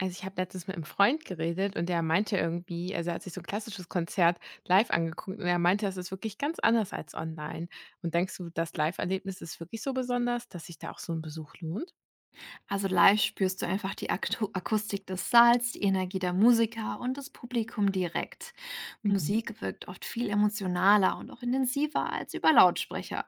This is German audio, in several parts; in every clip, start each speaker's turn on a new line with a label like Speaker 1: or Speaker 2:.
Speaker 1: Also, ich habe letztens mit einem Freund geredet und der meinte irgendwie also, er hat sich so 'n klassisches Konzert live angeguckt und er meinte, das ist wirklich ganz anders als online. Und denkst du, das Live-Erlebnis ist wirklich so besonders, dass sich da auch so ein Besuch lohnt?
Speaker 2: Also live spürst du einfach die Aktu Akustik des Saals, die Energie der Musiker und das Publikum direkt.
Speaker 1: Mhm.
Speaker 2: Musik wirkt oft viel emotionaler und auch intensiver als über Lautsprecher.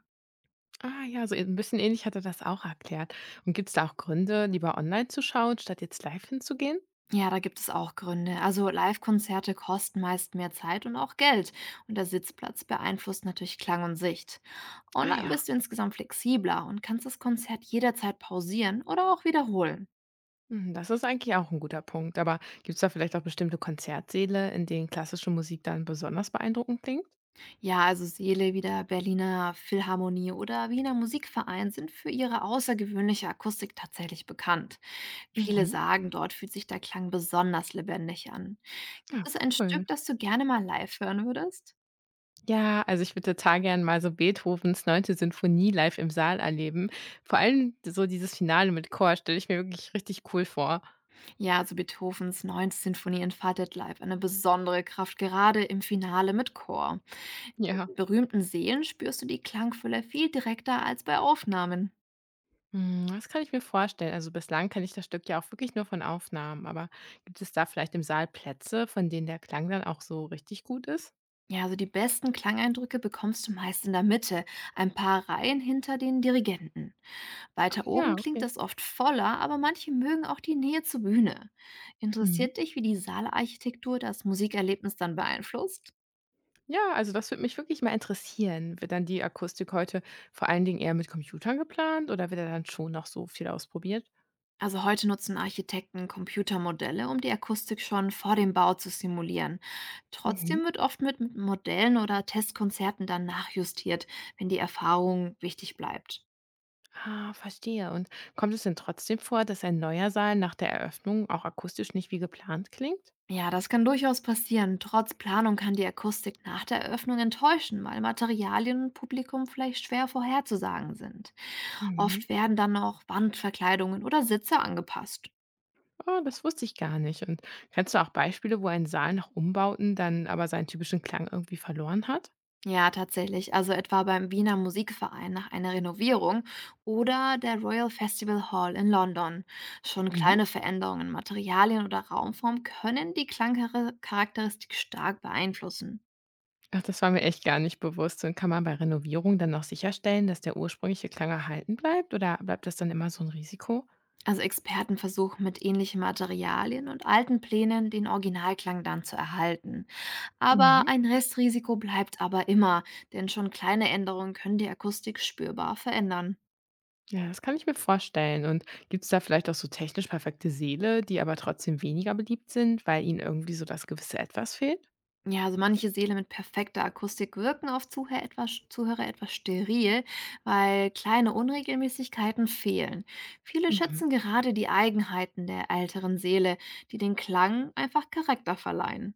Speaker 1: Ah ja, so ein bisschen ähnlich hat er das auch erklärt. Und gibt es da auch Gründe, lieber online zu schauen, statt jetzt live hinzugehen?
Speaker 2: Ja, da gibt es auch Gründe. Also Live-Konzerte kosten meist mehr Zeit und auch Geld. Und der Sitzplatz beeinflusst natürlich Klang und Sicht.
Speaker 1: Ah
Speaker 2: Online
Speaker 1: ja,
Speaker 2: bist du insgesamt flexibler und kannst das Konzert jederzeit pausieren oder auch wiederholen.
Speaker 1: mhm, das ist eigentlich auch ein guter Punkt. Aber gibt es da vielleicht auch bestimmte Konzertsäle, in denen klassische Musik dann besonders beeindruckend klingt?
Speaker 2: Ja, also Seele wie der Berliner Philharmonie oder Wiener Musikverein sind für ihre außergewöhnliche Akustik tatsächlich bekannt. Viele
Speaker 1: Mhm.
Speaker 2: sagen, dort fühlt sich der Klang besonders lebendig an. Gibt
Speaker 1: Ja,
Speaker 2: es ein
Speaker 1: cool.
Speaker 2: Stück, das du gerne mal live hören würdest?
Speaker 1: Ja, also ich würde total gern mal so Beethovens neunte Sinfonie live im Saal erleben. Vor allem so dieses Finale mit Chor stelle ich mir wirklich richtig cool vor.
Speaker 2: Ja, also Beethovens neunte Sinfonie entfaltet live eine besondere Kraft, gerade im Finale mit Chor.
Speaker 1: Ja.
Speaker 2: In berühmten Seelen spürst du die Klangfülle viel direkter als bei Aufnahmen.
Speaker 1: Hm, das kann ich mir vorstellen. Also bislang kenne ich das Stück ja auch wirklich nur von Aufnahmen, aber gibt es da vielleicht im Saal Plätze, von denen der Klang dann auch so richtig gut ist?
Speaker 2: Ja, also die besten Klangeindrücke bekommst du meist in der Mitte, ein paar Reihen hinter den Dirigenten. Weiter oben
Speaker 1: Ja,
Speaker 2: klingt
Speaker 1: okay.
Speaker 2: das oft voller, aber manche mögen auch die Nähe zur Bühne.
Speaker 1: Mhm.
Speaker 2: Interessiert dich, wie die Saalarchitektur das Musikerlebnis dann beeinflusst?
Speaker 1: Ja, also das würde mich wirklich mal interessieren. Wird dann die Akustik heute vor allen Dingen eher mit Computern geplant oder wird da dann schon noch so viel ausprobiert?
Speaker 2: Also heute nutzen Architekten Computermodelle, um die Akustik schon vor dem Bau zu simulieren.
Speaker 1: Mhm.
Speaker 2: Trotzdem wird oft mit Modellen oder Testkonzerten dann nachjustiert, wenn die Erfahrung wichtig bleibt.
Speaker 1: Ah, verstehe. Und kommt es denn trotzdem vor, dass ein neuer Saal nach der Eröffnung auch akustisch nicht wie geplant klingt?
Speaker 2: Ja, das kann durchaus passieren. Trotz Planung kann die Akustik nach der Eröffnung enttäuschen, weil Materialien und Publikum vielleicht schwer vorherzusagen sind.
Speaker 1: Mhm.
Speaker 2: Oft werden dann auch Wandverkleidungen oder Sitze angepasst.
Speaker 1: Oh, das wusste ich gar nicht. Und kennst du auch Beispiele, wo ein Saal nach Umbauten dann aber seinen typischen Klang irgendwie verloren hat?
Speaker 2: Ja, tatsächlich. Also etwa beim Wiener Musikverein nach einer Renovierung oder der Royal Festival Hall in London. Schon
Speaker 1: Mhm.
Speaker 2: kleine Veränderungen in Materialien oder Raumform können die Klangcharakteristik stark beeinflussen.
Speaker 1: Ach, das war mir echt gar nicht bewusst. Und kann man bei Renovierung dann noch sicherstellen, dass der ursprüngliche Klang erhalten bleibt? Oder bleibt das dann immer so ein Risiko?
Speaker 2: Also Experten versuchen mit ähnlichen Materialien und alten Plänen den Originalklang dann zu erhalten. Aber
Speaker 1: Mhm.
Speaker 2: ein Restrisiko bleibt aber immer, denn schon kleine Änderungen können die Akustik spürbar verändern.
Speaker 1: Ja, das kann ich mir vorstellen. Und gibt es da vielleicht auch so technisch perfekte Seele, die aber trotzdem weniger beliebt sind, weil ihnen irgendwie so das gewisse Etwas fehlt?
Speaker 2: Ja, also manche Seele mit perfekter Akustik wirken auf Zuhörer etwas steril, weil kleine Unregelmäßigkeiten fehlen. Viele
Speaker 1: Mhm.
Speaker 2: schätzen gerade die Eigenheiten der älteren Seele, die den Klang einfach Charakter verleihen.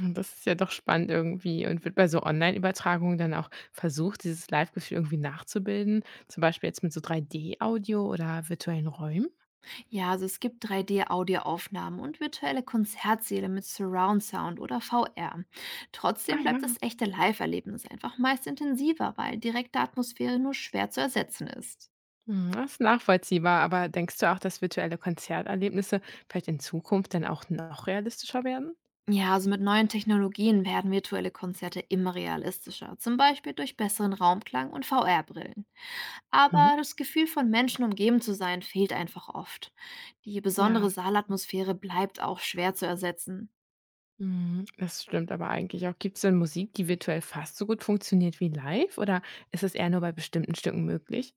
Speaker 1: Und das ist ja doch spannend irgendwie und wird bei so Online-Übertragungen dann auch versucht, dieses Live-Gefühl irgendwie nachzubilden, zum Beispiel jetzt mit so 3D-Audio oder virtuellen Räumen?
Speaker 2: Ja, also es gibt 3D-Audioaufnahmen und virtuelle Konzertsäle mit Surround Sound oder VR.
Speaker 1: Ah
Speaker 2: Trotzdem bleibt das
Speaker 1: ja.
Speaker 2: echte Live-Erlebnis einfach meist intensiver, weil direkte Atmosphäre nur schwer zu ersetzen ist.
Speaker 1: Mhm, das ist nachvollziehbar, aber denkst du auch, dass virtuelle Konzerterlebnisse vielleicht in Zukunft dann auch noch realistischer werden?
Speaker 2: Ja, also mit neuen Technologien werden virtuelle Konzerte immer realistischer, zum Beispiel durch besseren Raumklang und VR-Brillen.
Speaker 1: Mhm.
Speaker 2: Aber das Gefühl von Menschen umgeben zu sein fehlt einfach oft. Die besondere
Speaker 1: Ja,
Speaker 2: Saalatmosphäre bleibt auch schwer zu ersetzen.
Speaker 1: mhm, das stimmt aber eigentlich auch. Gibt es denn Musik, die virtuell fast so gut funktioniert wie live oder ist es eher nur bei bestimmten Stücken möglich?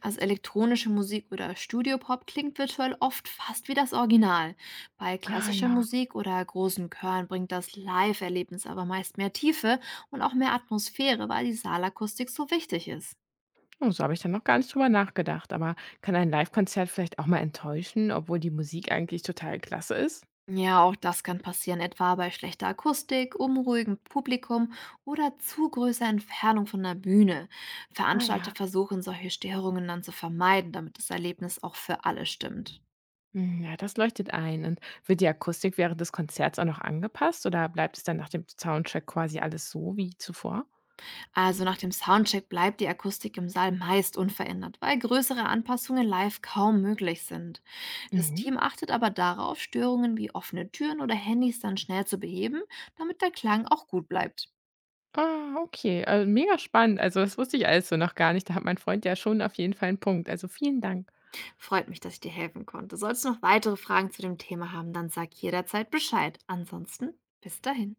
Speaker 2: Also elektronische Musik oder Studiopop klingt virtuell oft fast wie das Original. Bei
Speaker 1: Ah
Speaker 2: klassischer
Speaker 1: ja,
Speaker 2: Musik oder großen Chören bringt das Live-Erlebnis aber meist mehr Tiefe und auch mehr Atmosphäre, weil die Saalakustik so wichtig ist.
Speaker 1: oh, so habe ich dann noch gar nicht drüber nachgedacht. Aber kann ein Live-Konzert vielleicht auch mal enttäuschen, obwohl die Musik eigentlich total klasse ist?
Speaker 2: Ja, auch das kann passieren, etwa bei schlechter Akustik, unruhigem Publikum oder zu größer Entfernung von der Bühne.
Speaker 1: Ah
Speaker 2: Veranstalter
Speaker 1: ja.
Speaker 2: versuchen, solche Störungen dann zu vermeiden, damit das Erlebnis auch für alle stimmt.
Speaker 1: Hm, ja, das leuchtet ein. Und wird die Akustik während des Konzerts auch noch angepasst oder bleibt es dann nach dem Soundtrack quasi alles so wie zuvor?
Speaker 2: Also nach dem Soundcheck bleibt die Akustik im Saal meist unverändert, weil größere Anpassungen live kaum möglich sind. Das
Speaker 1: Mhm.
Speaker 2: Team achtet aber darauf, Störungen wie offene Türen oder Handys dann schnell zu beheben, damit der Klang auch gut bleibt.
Speaker 1: Ah, okay. Mega spannend. Also, das wusste ich alles so noch gar nicht. Da hat mein Freund ja schon auf jeden Fall einen Punkt. Also, vielen Dank.
Speaker 2: Freut mich, dass ich dir helfen konnte. Sollst du noch weitere Fragen zu dem Thema haben, dann sag jederzeit Bescheid. Ansonsten bis dahin.